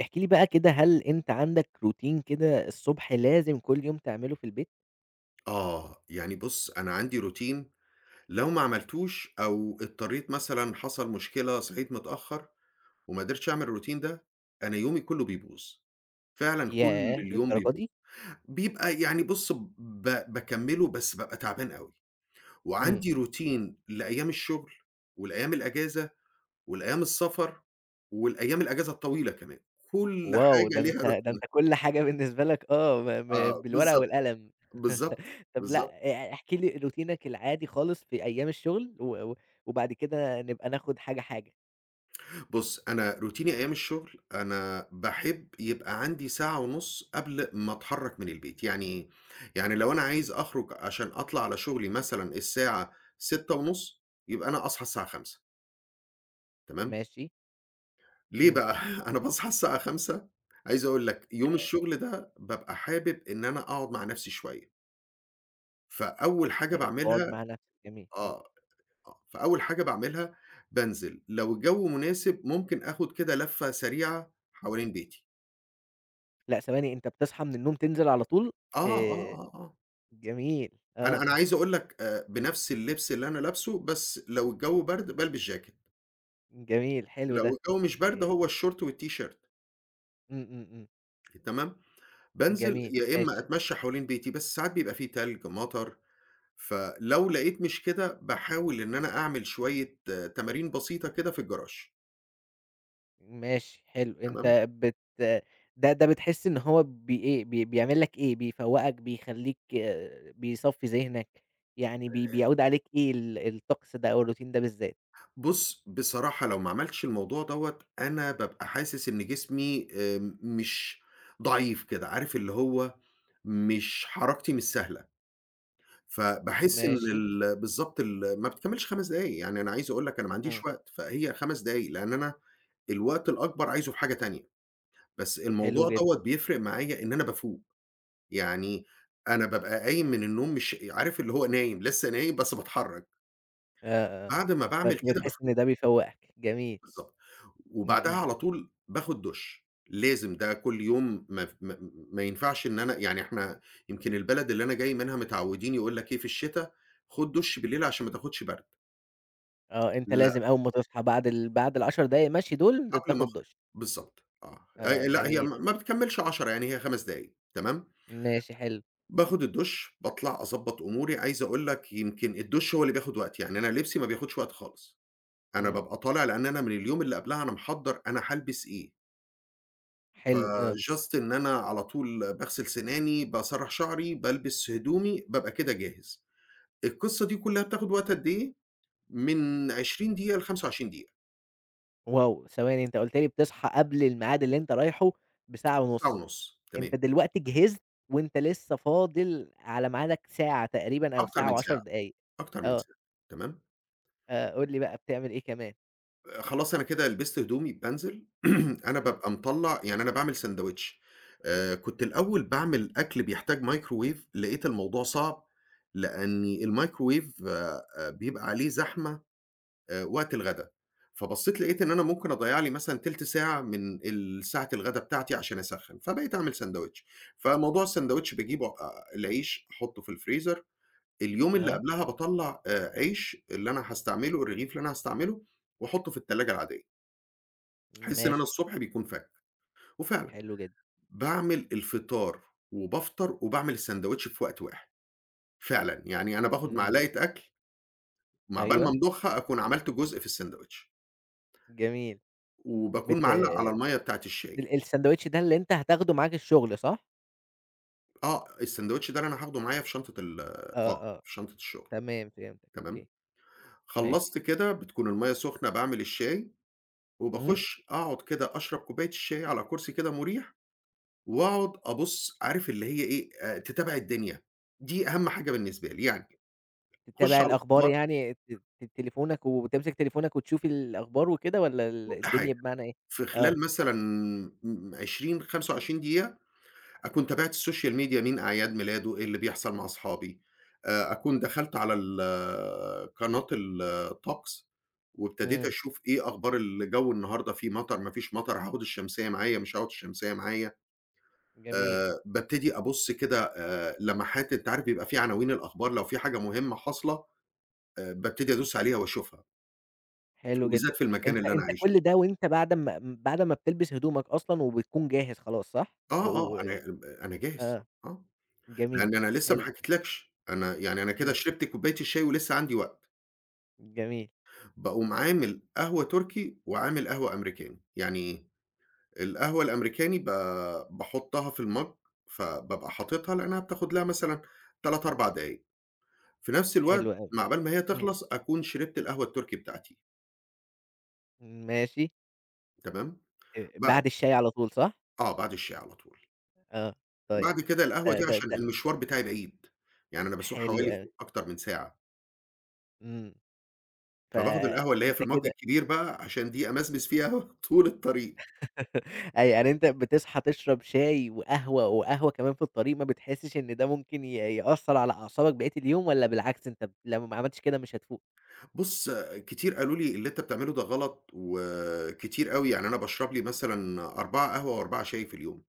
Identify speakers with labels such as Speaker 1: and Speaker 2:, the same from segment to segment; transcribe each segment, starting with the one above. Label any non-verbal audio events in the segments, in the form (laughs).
Speaker 1: احكِ لي بقى كده، هل أنت عندك روتين كده الصبح لازم كل يوم تعمله في البيت؟
Speaker 2: يعني بُص، أنا عندي روتين. لو ما عملتوش أو اضطريت مثلًا حصل مشكلة صحيت متأخّر وما قدرتش أعمل الروتين ده، أنا يومي كُلّه بيبوظ، فعلًا كل
Speaker 1: ياه!
Speaker 2: اليوم
Speaker 1: للدرجة
Speaker 2: بيبوظ.
Speaker 1: دي!
Speaker 2: بيبقى يعني بُص، باكمّله بس بابقى تعبان أوي،
Speaker 1: إمم.
Speaker 2: وعندي روتين لأيام الشغل والأيام الأجازة والأيام السفر والأيام الأجازة الطويلة كمان، كل
Speaker 1: واو!
Speaker 2: حاجة
Speaker 1: ده
Speaker 2: ليها
Speaker 1: أنت ده
Speaker 2: روتينها.
Speaker 1: أنت كل حاجة بالنسبة لك ب ب
Speaker 2: آه،
Speaker 1: بالورقة
Speaker 2: بالضبط،
Speaker 1: والقلم.
Speaker 2: بالضبط،
Speaker 1: (laughs) طب لأ،
Speaker 2: بالضبط.
Speaker 1: احكِ لي روتينك العادي خالص في أيام الشغل و و وبعد كده نبقى ناخد حاجة، حاجة.
Speaker 2: بُص، أنا روتيني أيام الشغل، أنا باحب يبقى عندي ساعة ونُص قبل ما أتحرّك من البيت، يعني إيه؟ يعني لو أنا عايز أخرج عشان أطلع على شغلي مثلًا الساعة 18:30 يبقى أنا أصحى الساعة 5:00، تمام؟
Speaker 1: ماشي.
Speaker 2: ليه
Speaker 1: إمم.
Speaker 2: بقى؟ (laughs) أنا باصحى الساعة 5:00 عايز أقول لك يوم الشغل ده بابقى حابب إن أنا أقعد مع نَفْسي شوية، فأول حاجة
Speaker 1: تقعد
Speaker 2: باعملها
Speaker 1: مع نفسك، جميل. إمم.
Speaker 2: آه، فأول حاجة باعملها بانزل، لو الجو مناسب ممكن آخُد كده لفّة سريعة حوالين بيتي.
Speaker 1: لأ ثواني، أنت بتصحى من النوم تنزل على طول؟
Speaker 2: آه، آه،
Speaker 1: آآ
Speaker 2: آه، آه.
Speaker 1: جميل،
Speaker 2: أنا
Speaker 1: آه.
Speaker 2: أنا عايز أقول لك بنفس اللبس اللي أنا لابسه، بس لو الجو برد بالبس جاكيت،
Speaker 1: جميل، حلو
Speaker 2: لو
Speaker 1: ده.
Speaker 2: الجو مش برد
Speaker 1: آآ
Speaker 2: هو الشورت والتيشيرت.
Speaker 1: إمم، إمم، إمم.
Speaker 2: تمام، بانزل
Speaker 1: جميل،
Speaker 2: يا إما
Speaker 1: ماشي،
Speaker 2: أتمشى حوالين بيتي، بس ساعات بيبقى في تلج، مطر، فلو لقيت مش كده باحاول إن أنا أعمل شوية تمارين بسيطة كده في الجراج.
Speaker 1: ماشي حلو،
Speaker 2: تمام.
Speaker 1: أنت بت ده بتحس إن هو بي إيه، بيعمل لك إيه، بيفوّقك، بيخلّيك بيصفّي ذهنك، يعني بيعود عليك إيه الطقس ده أو الروتين ده بالذات؟
Speaker 2: بُص، بصراحة لو ما عملتش الموضوع دوّة أنا بابقى حاسس إن جسمي مش ضعيف كده، عارف اللي هو مش حركتي مش سهلة. فباحس إن
Speaker 1: ماشي،
Speaker 2: ال بالضبط ما بتكمّلش 5 دقايق، يعني أنا عايز أقول لك أنا ما
Speaker 1: إمم،
Speaker 2: عنديش وقت، فهي 5 دقايق، لإن أنا الوقت الأكبر عايزه في حاجة تانية، بس
Speaker 1: حلو
Speaker 2: الموضوع
Speaker 1: جدًا،
Speaker 2: دوّة بيفرق معايا إن أنا بافوق، يعني أنا بابقى قايم من النوم مش عارف اللي هو نايم، لسه نايم بس باتحرّك،
Speaker 1: آه، آه،
Speaker 2: بعد ما باعمل كده
Speaker 1: فبتحس إن
Speaker 2: بافوق،
Speaker 1: ده بيفوّقك، جميل،
Speaker 2: بالضبط،
Speaker 1: إمم،
Speaker 2: وبعدها
Speaker 1: إمم،
Speaker 2: على طول باخد دُش، لازم ده كل يوم. ما ف ما ما ينفعش إن أنا يعني إحنا يمكن البلد اللي أنا جاي منها متعوّدين يقول لك إيه، في الشتا خُد دُش بالليل عشان ما تاخدش برد.
Speaker 1: آه، أنت
Speaker 2: ل
Speaker 1: لازم أول ما تصحى بعد ال10 دقايق مشي دول
Speaker 2: قبل ما
Speaker 1: تاخد
Speaker 2: أخرج،
Speaker 1: دُش،
Speaker 2: بالضبط.
Speaker 1: آه،
Speaker 2: لأ هي
Speaker 1: جميل،
Speaker 2: ما بتكمّلش 10، يعني هي 5 دقايق، تمام،
Speaker 1: ماشي حلو،
Speaker 2: باخد الدُش، باطلع أضبّط أموري، عايز أقول لك يمكن الدُش هو اللي بياخد وقت، يعني أنا لبسي ما بياخدش وقت خالص، أنا
Speaker 1: إمم،
Speaker 2: بابقى طالع لإن أنا من اليوم اللي قبلها أنا محضّر أنا هالبس إيه،
Speaker 1: حلو، آه.
Speaker 2: فجاست إن أنا على طول باغسل سناني، باسرّح شعري، بالبس هدومي، بابقى كده جاهز. القصة دي كلّها بتاخد وقت قد إيه؟ من 20 دقيقة ل25 دقيقة.
Speaker 1: واو! ثواني أنت قُلت لي بتصحى قبل الميعاد اللي أنت رايحه بساعة
Speaker 2: ساعة
Speaker 1: ونُص،
Speaker 2: ونُص
Speaker 1: أنت
Speaker 2: تمام،
Speaker 1: دلوقتي جهزت وأنت لسه فاضل على ميعادك ساعة تقريبًا أو
Speaker 2: أكتر من
Speaker 1: ساعة و10
Speaker 2: ساعة،
Speaker 1: دقايق
Speaker 2: أكتر من
Speaker 1: آه،
Speaker 2: ساعة، تمام.
Speaker 1: قُل لي بقى بتعمل إيه كمان؟
Speaker 2: خلاص أنا كده لبست هدومي بانزل، (clears throat) أنا
Speaker 1: إمم،
Speaker 2: بابقى مطلّع يعني أنا باعمل ساندويتش. كنت الأول باعمل أكل بيحتاج مايكروويف، لقيت الموضوع صعب، لأني المايكروويف بيبقى عليه زحمة وقت الغدا، فبصّيت لقيت إن أنا ممكن أضيّع لي مثلًا تِلت ساعة من ساعة الغدا بتاعتي عشان أسخّن، فبقيت أعمل ساندويتش. فموضوع الساندويتش باجيبه العيش أحطّه في الفريزر، اليوم اللي
Speaker 1: آه،
Speaker 2: قبلها باطلّع عيش اللي أنا هاستعمله، الرغيف اللي أنا هاستعمله، وأحطّه في التلاجة العادية. باحس إن أنا
Speaker 1: ماشي،
Speaker 2: الصبح بيكون فاك، وفعلًا
Speaker 1: حلو جدًا،
Speaker 2: باعمل الفطار وبافطر وباعمل الساندوتش في وقت واحد، فعلًا، يعني أنا باخد
Speaker 1: إمم،
Speaker 2: معلقة أكل مع بال ما
Speaker 1: أيوه،
Speaker 2: أمضخها أكون عملت جزء في الساندوتش،
Speaker 1: جميل،
Speaker 2: وباكون
Speaker 1: بت
Speaker 2: معلّق على المَيّة بتاعة الشاي.
Speaker 1: الساندويتش ده اللي أنت هتاخده معاك الشغل صح؟
Speaker 2: آه، الساندوتش ده اللي أنا هاخده معايا في شنطة ال آه،
Speaker 1: آه، آه،
Speaker 2: في شنطة الشغل،
Speaker 1: تمام فهمتك،
Speaker 2: تمام،
Speaker 1: أوكي، ماشي،
Speaker 2: خلّصت كده بتكون المَيّة سخنة باعمل الشاي،
Speaker 1: إمم.
Speaker 2: وباخش أقعد كده أشرب كوباية الشاي على كرسي كده مريح، وأقعد أبُص عارف اللي هي إيه، تتابع الدنيا، دي أهم حاجة بالنسبة لي، يعني أخش
Speaker 1: تتابع
Speaker 2: على
Speaker 1: الأخبار
Speaker 2: الأخبار،
Speaker 1: يعني ت ت تليفونك وتمسك تليفونك وتشوف الأخبار وكده والّا
Speaker 2: كل حاجة،
Speaker 1: الدنيا بمعنى إيه؟
Speaker 2: في
Speaker 1: آه،
Speaker 2: خلال مثلًا 20، 25 دقيقة أكون تابعت السوشيال ميديا مين أعياد ميلاده، إيه اللي بيحصل مع أصحابي، أكون دخلت على قناة الطقس وابتديت
Speaker 1: إمم،
Speaker 2: أشوف إيه أخبار الجو النهارده، في مطر، ما فيش مطر، هاخد الشمسية معايا، مش هاخد الشمسية معايا،
Speaker 1: جميل،
Speaker 2: بابتدي أبُص كده لمحات أنت عارف بيبقى في عناوين الأخبار لو في حاجة مهمة حاصلة، بابتدي أدوس عليها وأشوفها،
Speaker 1: حلو جدًا.
Speaker 2: وبالذات في المكان
Speaker 1: أنت
Speaker 2: اللي أنا
Speaker 1: أنت
Speaker 2: عايشه.
Speaker 1: كل ده وأنت بعد أمّا بتلبس هدومك أصلًا وبتكون جاهز خلاص صح؟
Speaker 2: آه، آه،
Speaker 1: و
Speaker 2: أنا جاهز،
Speaker 1: آه،
Speaker 2: آه،
Speaker 1: جميل،
Speaker 2: لأن أنا لسه ما
Speaker 1: حلو،
Speaker 2: حكيتلكش، أنا يعني أنا كده
Speaker 1: إمم،
Speaker 2: شربت كوباية الشاي ولسه عندي وقت،
Speaker 1: جميل،
Speaker 2: باقوم عامل قهوة تركي وعامل قهوة أمريكاني، يعني إيه، القهوة الأمريكاني باحطها في المَج، فبابقى حاططها لأنها بتاخد لها مثلًا 3، 4 دقايق، في نفس الوقت
Speaker 1: حلو أوي،
Speaker 2: مع عقبال ما هي
Speaker 1: إمم،
Speaker 2: تخلص أكون شربت القهوة التركي بتاعتي،
Speaker 1: ماشي،
Speaker 2: تمام، بعد
Speaker 1: بعد الشاي على طول صح؟
Speaker 2: آه، بعد الشاي على طول،
Speaker 1: آه، طيب،
Speaker 2: بعد كده القهوة
Speaker 1: ده
Speaker 2: دي
Speaker 1: ده
Speaker 2: عشان
Speaker 1: ده
Speaker 2: المشوار بتاعي بعيد، يعني أنا باسوق
Speaker 1: حلو
Speaker 2: حوالي
Speaker 1: أوي،
Speaker 2: فوق أكتر من ساعة.
Speaker 1: إمم،
Speaker 2: فباخد القهوة اللي هي
Speaker 1: فأنت
Speaker 2: في المَج
Speaker 1: كده
Speaker 2: الكبير بقى، عشان دي أمسمس فيها (laughs) طول الطريق.
Speaker 1: (laughs) أيوه، يعني أنت بتصحى تشرب شاي وقهوة وقهوة كمان في الطريق، ما بتحسّش إن ده ممكن يأثّر على أعصابك بقية اليوم والّا بالعكس أنت لو ما عملتش كده مش هتفوق؟
Speaker 2: بُص، كتير قالوا لي: "اللي أنت بتعمله ده غلط." وكتير أوي، يعني أنا باشرب لي مثلًا 4 قهوة و4 شاي في اليوم،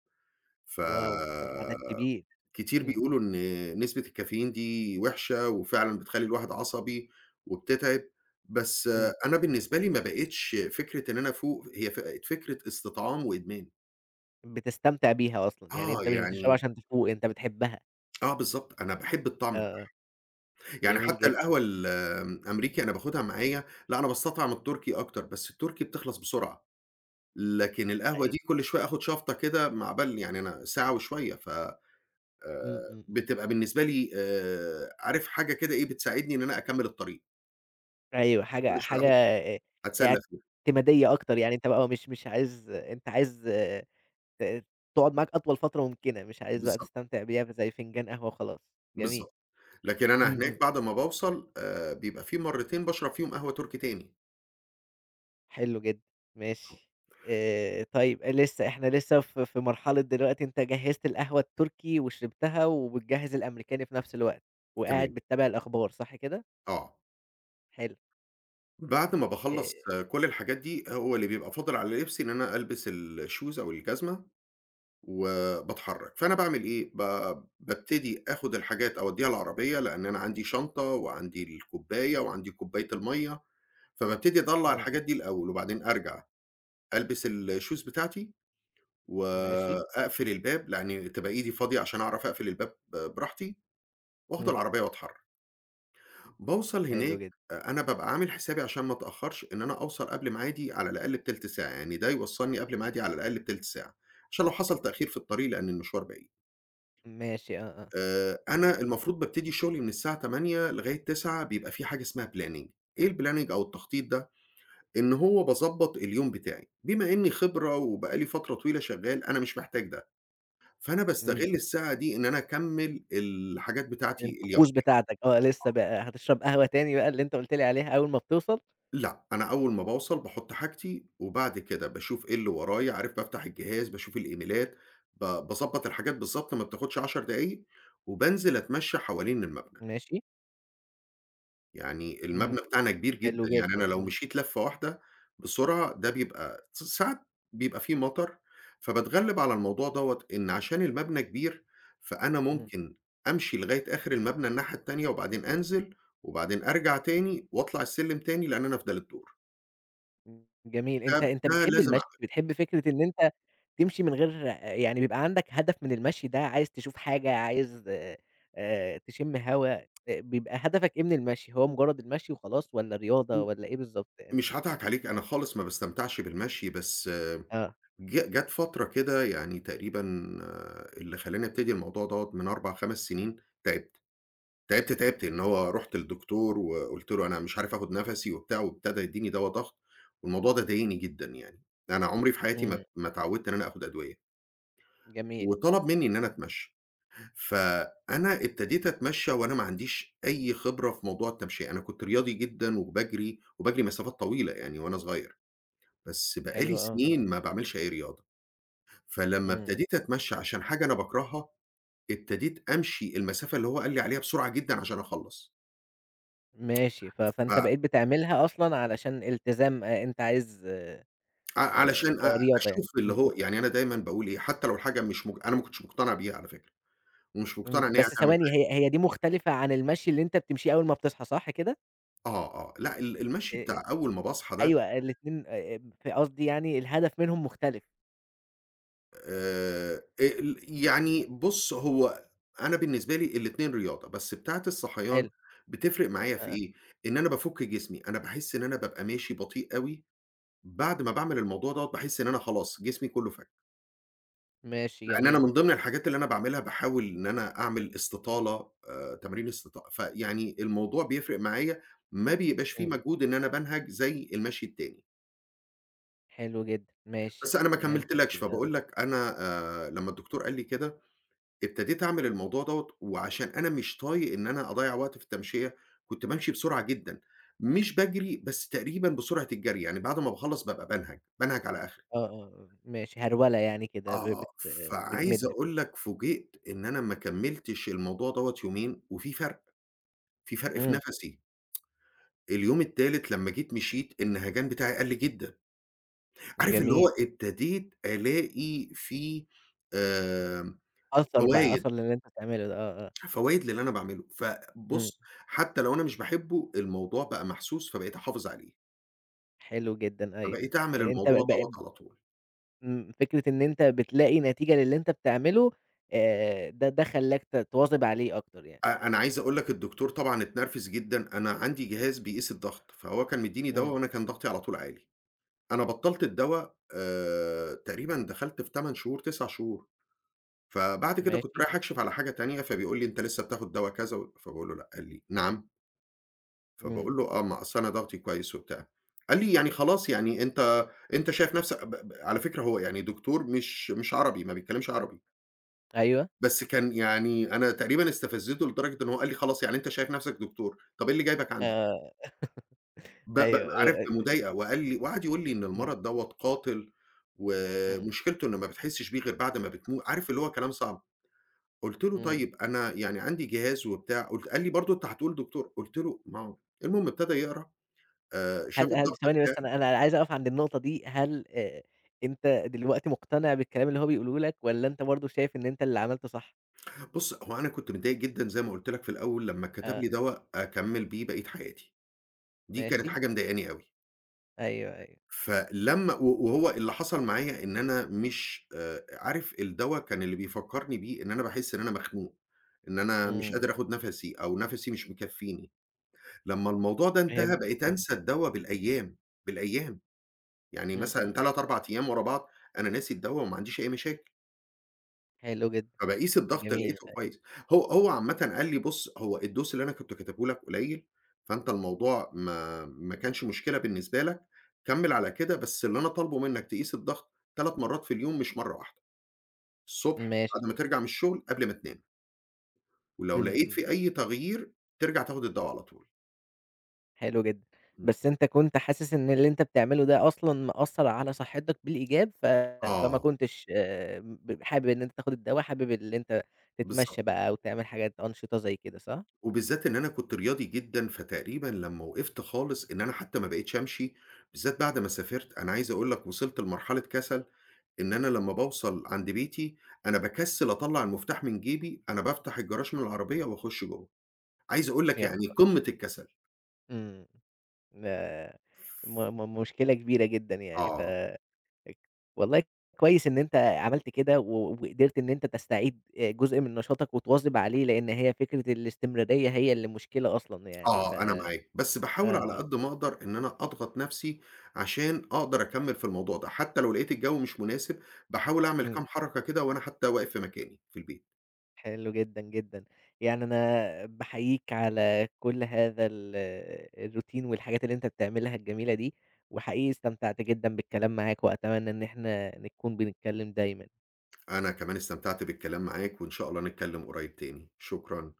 Speaker 1: واو! عدد كبير،
Speaker 2: فكتير
Speaker 1: إمم،
Speaker 2: بيقولوا إن نسبة الكافيين دي وحشة، وفعلًا بتخلّي الواحد عصبي وبتتعب، بس
Speaker 1: إمم،
Speaker 2: أنا بالنسبة لي ما بقِتش فكرة إن أنا أفوق، هي ف فكرة استطعام وإدمان.
Speaker 1: بتستمتع بيها أصلًا، يعني
Speaker 2: آه،
Speaker 1: أنت مش بتشربها
Speaker 2: يعني
Speaker 1: عشان تفوق، أنت بتحبها،
Speaker 2: آه بالضبط، أنا باحب
Speaker 1: آه،
Speaker 2: الطعم.
Speaker 1: آه،
Speaker 2: يعني
Speaker 1: جميل
Speaker 2: حتى
Speaker 1: جدًا،
Speaker 2: القهوة الأمريكي أنا باخدها معايا، لأ أنا باستطعم التركي أكتر، بس التركي بتخلص بسرعة، لكن القهوة
Speaker 1: أيوه،
Speaker 2: دي كل شوية آخد شفطة كده مع عقبال يعني أنا ساعة وشوية، ف
Speaker 1: إمم، إمم، إمم،
Speaker 2: بتبقى بالنسبة لي عارف حاجة كده إيه، بتساعدني إن أنا أكمّل الطريق،
Speaker 1: أيوه،
Speaker 2: كل
Speaker 1: حاجة
Speaker 2: شوية
Speaker 1: حاجة
Speaker 2: آخد شوت أتسلى فيها،
Speaker 1: اعتمادية أكتر، يعني أنت بقى مش عايز أنت عايز ت تقعد معاك أطول فترة ممكنة، مش عايز بقى
Speaker 2: بالضبط،
Speaker 1: تستمتع بيها زي فنجان قهوة وخلاص، جميل.
Speaker 2: بالضبط، لكن أنا
Speaker 1: إمم،
Speaker 2: هناك
Speaker 1: إمم،
Speaker 2: بعد ما باوصل بيبقى في مرتين باشرب فيهم قهوة تركي تاني،
Speaker 1: حلو جدًا، ماشي. طيب إحنا لسه في مرحلة دلوقتي أنت جهّزت القهوة التركي وشربتها وبتجهّز الأمريكاني في نفس الوقت،
Speaker 2: تمام،
Speaker 1: وقاعد بتتابع الأخبار صح كده؟
Speaker 2: آه.
Speaker 1: حلو.
Speaker 2: بعد ما
Speaker 1: آآ
Speaker 2: باخلّص كل الحاجات دي، هو اللي بيبقى فاضل على لبسي إن أنا ألبس الshoes أو الجزمة وباتحرّك، فأنا باعمل إيه، بابتدي آخُد الحاجات أودّيها العربية، لإن أنا عندي شنطة وعندي الكوباية وعندي كوباية المَيّة، فبابتدي أطلّع
Speaker 1: إمم،
Speaker 2: الحاجات دي الأول وبعدين أرجع ألبس الshoes بتاعتي
Speaker 1: ماشي،
Speaker 2: وأقفل الباب، لإن تبقى إيدي فاضية عشان أعرف أقفل الباب براحتي وآخُد
Speaker 1: إمم،
Speaker 2: العربية وأتحرّك. باوصل
Speaker 1: حلو
Speaker 2: هناك،
Speaker 1: جدًا،
Speaker 2: أنا بابقى عامل حسابي عشان ما أتأخرش إن أنا أوصل قبل ميعادي على الأقل بتلت ساعة، يعني ده يوصّلني قبل ميعادي على الأقل بتلت ساعة، عشان لو حصل تأخير في الطريق لأن المشوار بعيد.
Speaker 1: ماشي، آه، آه، أ
Speaker 2: أنا المفروض بابتدي شغلي من الساعة 08:00 لغاية 09:00 بيبقى في حاجة اسمها planning. إيه الplanning أو التخطيط ده؟ إن هو باضبّط اليوم بتاعي، بما إني خبرة وبقى لي فترة طويلة شغّال أنا مش محتاج ده، فأنا
Speaker 1: إمم،
Speaker 2: باستغل الساعة دي إن أنا أكمّل الحاجات بتاعتي
Speaker 1: الطقوس
Speaker 2: اليومية.
Speaker 1: بتاعتك، آه، لسه بقى هتشرب قهوة تاني بقى اللي أنت قُلت لي عليها أول ما بتوصل،
Speaker 2: لأ، أنا أول ما باوصل باحُط حاجتي، وبعد كده باشوف إيه اللي ورايا، عارف بافتح الجهاز، باشوف الإيميلات، باضبّط الحاجات بالضبط ما بتاخدش 10 دقايق، وبانزل أتمشى حوالين المبنى،
Speaker 1: ماشي،
Speaker 2: يعني
Speaker 1: إمم،
Speaker 2: المبنى بتاعنا كبير
Speaker 1: حلو
Speaker 2: جدًا، يعني أنا
Speaker 1: جدًا،
Speaker 2: لو
Speaker 1: إمم،
Speaker 2: مشيت لفة واحدة بسرعة ده بيبقى ساعات بيبقى فيه مطر، فباتغلّب على الموضوع دوّة، إن عشان المبنى كبير، فأنا
Speaker 1: إمم.
Speaker 2: ممكن أمشي لغاية آخر المبنى الناحية التانية، وبعدين أنزل، وبعدين أرجع تاني، وأطلع السلم تاني لأن أنا في تالت دور،
Speaker 1: إمم، جميل.
Speaker 2: ده
Speaker 1: أنت
Speaker 2: ده
Speaker 1: بتحب
Speaker 2: لازم.
Speaker 1: المشي، بتحب فكرة إن أنت تمشي من غير يعني بيبقى عندك هدف من المشي ده، عايز تشوف حاجة، عايز تشم هوا، بيبقى هدفك إيه من المشي؟ هو مجرد المشي وخلاص والّا رياضة
Speaker 2: م
Speaker 1: والّا إيه بالضبط يعني؟
Speaker 2: مش هاضحك عليك، أنا خالص ما باستمتعش بالمشي، بس آه،
Speaker 1: آه،
Speaker 2: جات فترة كده يعني تقريبًا آه، اللي خلّاني أبتدي الموضوع دوّة من 4، 5 سنين، تعبت، تعبت، تعبت، إن هو رُحت للدكتور وقُلت له: "أنا مش عارف آخُد نَفَسي،" وبتاع، وابتدى يدّيني دوا ضغط، والموضوع ده ضايقني جدًا يعني، أنا عمري في حياتي ما
Speaker 1: إمم،
Speaker 2: ما اتعوّدت إن أنا آخُد أدوية،
Speaker 1: جميل،
Speaker 2: وطلب منّي إن أنا أتمشّى، فأنا ابتديت أتمشّى وأنا ما عنديش أي خبرة في موضوع التمشية، أنا كنت رياضي جدًا وباجري، وباجري مسافات طويلة يعني وأنا صغير. بس بقى لي
Speaker 1: حلو آه، آه،
Speaker 2: سنين ما باعملش أي رياضة، فلمّا
Speaker 1: إمم،
Speaker 2: ابتديت أتمشّى عشان حاجة أنا باكرهها، ابتديت أمشي المسافة اللي هو قال لي عليها بسرعة جدًا عشان أخلّص،
Speaker 1: ماشي.
Speaker 2: ف
Speaker 1: فأنت بقيت بتعملها أصلًا علشان التزام أنت عايز
Speaker 2: ع علشان
Speaker 1: كرياضة يعني،
Speaker 2: أشوف اللي
Speaker 1: إمم،
Speaker 2: هو يعني أنا دايمًا باقول إيه، حتى لو الحاجة مش مج أنا ما كنتش مقتنع بيها على فكرة، ومش
Speaker 1: إمم،
Speaker 2: مقتنع إن هي
Speaker 1: بس
Speaker 2: هتعمل
Speaker 1: ثواني
Speaker 2: حاجة.
Speaker 1: هي دي مختلفة عن المشي اللي أنت بتمشيه أول ما بتصحى صح كده؟
Speaker 2: آه، آه، لأ المشي
Speaker 1: آآ
Speaker 2: بتاع أول ما باصحى ده
Speaker 1: أيوه الاتنين قصدي يعني الهدف منهم مختلف.
Speaker 2: ال يعني بُص هو أنا بالنسبة لي الاتنين رياضة، بس بتاعة الصحيان
Speaker 1: حلو،
Speaker 2: بتفرق معايا في
Speaker 1: آآ،
Speaker 2: إيه، إن أنا بافُك جسمي، أنا باحس إن أنا بابقى ماشي بطيء أوي، بعد ما باعمل الموضوع دوّة باحس إن أنا خلاص جسمي كلّه فَك،
Speaker 1: ماشي
Speaker 2: لإن أنا من
Speaker 1: جميل،
Speaker 2: ضمن الحاجات اللي أنا باعملها باحاول إن أنا أعمل استطالة تمارين استطا فيعني الموضوع بيفرق معايا ما بيبقاش في
Speaker 1: إمم.
Speaker 2: مجهود إن أنا بانهج زي المشي التاني،
Speaker 1: حلو جدًا،
Speaker 2: بس
Speaker 1: ماشي
Speaker 2: أنا ما
Speaker 1: فهمتك
Speaker 2: كمّلتلكش
Speaker 1: كده،
Speaker 2: فباقول لك أنا لمّا الدكتور قال لي كده ابتديت أعمل الموضوع دوّة، وعشان أنا مش طايق إن أنا أضيّع وقت في التمشية كنت بامشي بسرعة جدًا، مش باجري بس تقريبًا بسرعة الجري، يعني بعد ما باخلّص بابقى بانهج، بانهج على آخري.
Speaker 1: آه، آه، ماشي هرولة يعني كده ب
Speaker 2: آه،
Speaker 1: بت
Speaker 2: فعايز
Speaker 1: بتمِد
Speaker 2: أقول لك فوجئت إن أنا ما كمّلتش الموضوع دوّة يومين وفي فرق، في فرق في
Speaker 1: إمم،
Speaker 2: نَفَسي. اليوم التالت لمّا جيت مشيت النهجان بتاعي قَل جدًا. عارف اللي هو
Speaker 1: جميل.
Speaker 2: ابتديت ألاقي في آمم،
Speaker 1: أثر بقى،
Speaker 2: فوايد،
Speaker 1: أثر للي أنت بتعمله ده، آه، آه،
Speaker 2: فوايد للي أنا باعمله.
Speaker 1: إمم.
Speaker 2: فبُص، حتى لو أنا مش باحبه الموضوع بقى محسوس فبقيت أحافظ عليه،
Speaker 1: حلو جدًا أيوه،
Speaker 2: فبقيت أعمل
Speaker 1: أنت
Speaker 2: الموضوع
Speaker 1: ب
Speaker 2: دوّة
Speaker 1: ب
Speaker 2: على طول.
Speaker 1: فكرة إن أنت بتلاقي نتيجة للي أنت بتعمله ده خلّاك تواظب عليه أكتر يعني.
Speaker 2: أنا عايز أقول لك الدكتور طبعًا اتنرفز جدًا، أنا عندي جهاز بيقيس الضغط، فهو كان مدّيني دوا
Speaker 1: إمم.
Speaker 2: وأنا كان ضغطي على طول عالي. أنا بطّلت الدوا تقريبًا دخلت في 8 شهور، 9 شهور، فبعد كده كنت
Speaker 1: ماشي،
Speaker 2: رايح أكشف على حاجة تانية، فبيقول لي: "أنت لسه بتاخد دوا كذا و" فباقول له: "لأ." قال لي: "نعم؟"
Speaker 1: إمم،
Speaker 2: فباقول له: "آه، ما أصل أنا ضغطي كويس وبتاع." قال لي: "يعني خلاص يعني أنت شايف نفسك." ب ب على فكرة هو يعني دكتور مش عربي، ما بيتكلمش عربي،
Speaker 1: أيوه،
Speaker 2: بس كان يعني أنا تقريبًا استفزّيته لدرجة إن هو قال لي: "خلاص يعني أنت شايف نفسك دكتور، طب إيه اللي جايبك عندي؟"
Speaker 1: آآ
Speaker 2: ب ب
Speaker 1: أيوه،
Speaker 2: عرفت مضايقة وقال لي وقعد يقول لي إن
Speaker 1: إمم،
Speaker 2: المرض دوّة قاتل،
Speaker 1: إمم.
Speaker 2: ومشكلته إن ما بتحسّش بيه غير بعد ما عارف اللي هو كلام صعب، قُلت له:
Speaker 1: إمم.
Speaker 2: "طيب أنا يعني عندي جهاز وبتاع." قال لي: "برضه أنت هتقول دكتور." قُلت له: "ما هو" المهم ابتدى يقرا شاف
Speaker 1: هل
Speaker 2: الضغط
Speaker 1: ثواني بس
Speaker 2: بتاعي.
Speaker 1: أنا عايز أقف عند النقطة دي، هل أنت دلوقتي مقتنع بالكلام اللي هو بيقوله لك والّا أنت برضه شايف إن أنت اللي عملته صح؟
Speaker 2: بُص هو أنا كنت متضايق جدًا زي ما قُلت لك في الأول لمّا كتب
Speaker 1: آه،
Speaker 2: لي دوا أكمّل بيه بقية حياتي، دي كانت
Speaker 1: ماشي،
Speaker 2: حاجة مضايقاني أوي.
Speaker 1: أيوه، أيوه،
Speaker 2: فلمّا و وهو اللي حصل معايا إن أنا مش عارف الدوا كان اللي بيفكّرني بيه إن أنا باحس إن أنا مخنوق، إن أنا مش
Speaker 1: إمم،
Speaker 2: قادر آخُد نَفَسي أو نَفَسي مش مكفّيني. لمّا الموضوع ده انتهى
Speaker 1: فهمتك
Speaker 2: بقيت
Speaker 1: آه،
Speaker 2: أنسى الدوا بالأيام، بالأيام. يعني
Speaker 1: إمم،
Speaker 2: مثلًا
Speaker 1: إمم،
Speaker 2: 3، 4 أيام ورا بعض أنا ناسي الدوا وما عنديش أي مشاكل.
Speaker 1: حلو جدًا،
Speaker 2: فباقيس الضغط
Speaker 1: جميل،
Speaker 2: لقيته كويس. هو عامةً قال لي: "بُص، هو الDose اللي أنا كنت كاتبه لك قليل، فأنت الموضوع ما كانش مشكلة بالنسبة لك، كمّل على كده، بس اللي أنا طالبه منّك تقيس الضغط 3 مرّات في اليوم مش مرّة واحدة، الصبح
Speaker 1: ماشي،
Speaker 2: بعد ما ترجع من الشغل، قبل ما تنام، ولو
Speaker 1: إمم،
Speaker 2: لقيت
Speaker 1: إمم،
Speaker 2: في أي تغيير ترجع تاخد الدوا على طول."
Speaker 1: حلو جدًا،
Speaker 2: إمم.
Speaker 1: بس أنت كنت حاسس إن اللي أنت بتعمله ده أصلًا مأثّر على صحتك بالإيجاب فما
Speaker 2: آه،
Speaker 1: كنتش حابب إن أنت تاخد الدوا، حابب اللي أنت
Speaker 2: بالضبط.
Speaker 1: تتمشى بقى وتعمل حاجات أنشطة زي كده صح؟
Speaker 2: وبالذات إن أنا كنت رياضي جدًا، فتقريبًا لمّا وقفت خالص إن أنا حتى ما بقيتش أمشي، بالذات بعد ما سافرت، أنا عايز أقول لك وصلت لمرحلة كسل إن أنا لمّا باوصل عند بيتي، أنا باكسّل أطلّع المفتاح من جيبي، أنا بافتح الجراج من العربية وأخُش جوّه. عايز أقول لك
Speaker 1: يا
Speaker 2: يعني
Speaker 1: خبر!
Speaker 2: قمّة الكسل.
Speaker 1: إمم. ما م م مشكلة كبيرة جدًا يعني،
Speaker 2: آه،
Speaker 1: والله كويس إن أنت عملت كده وقدرت إن أنت تستعيد جزء من نشاطك وتواظب عليه، لإن هي فكرة الاستمرارية هي اللي مشكلة أصلًا يعني،
Speaker 2: آه، أنا معاك. بس باحاول على
Speaker 1: آه،
Speaker 2: قد ما أقدر إن أنا أضغط نَفْسي عشان أقدر أكمّل في الموضوع ده، حتّى لو لقيت الجو مش مناسب، باحاول أعمل
Speaker 1: إمم،
Speaker 2: كام حركة كده وأنا حتّى واقف في مكاني في البيت.
Speaker 1: حلو جدًا، جدًا. يعني أنا باحييك على كل هذا الروتين والحاجات اللي أنت بتعملها الجميلة دي، وحقيقي استمتعت جدًا بالكلام معاك، وأتمنى إن إحنا نكون بنتكلم دايمًا.
Speaker 2: أنا كمان استمتعت بالكلام معاك وإن شاء الله نتكلّم قريّب تاني. شكرًا.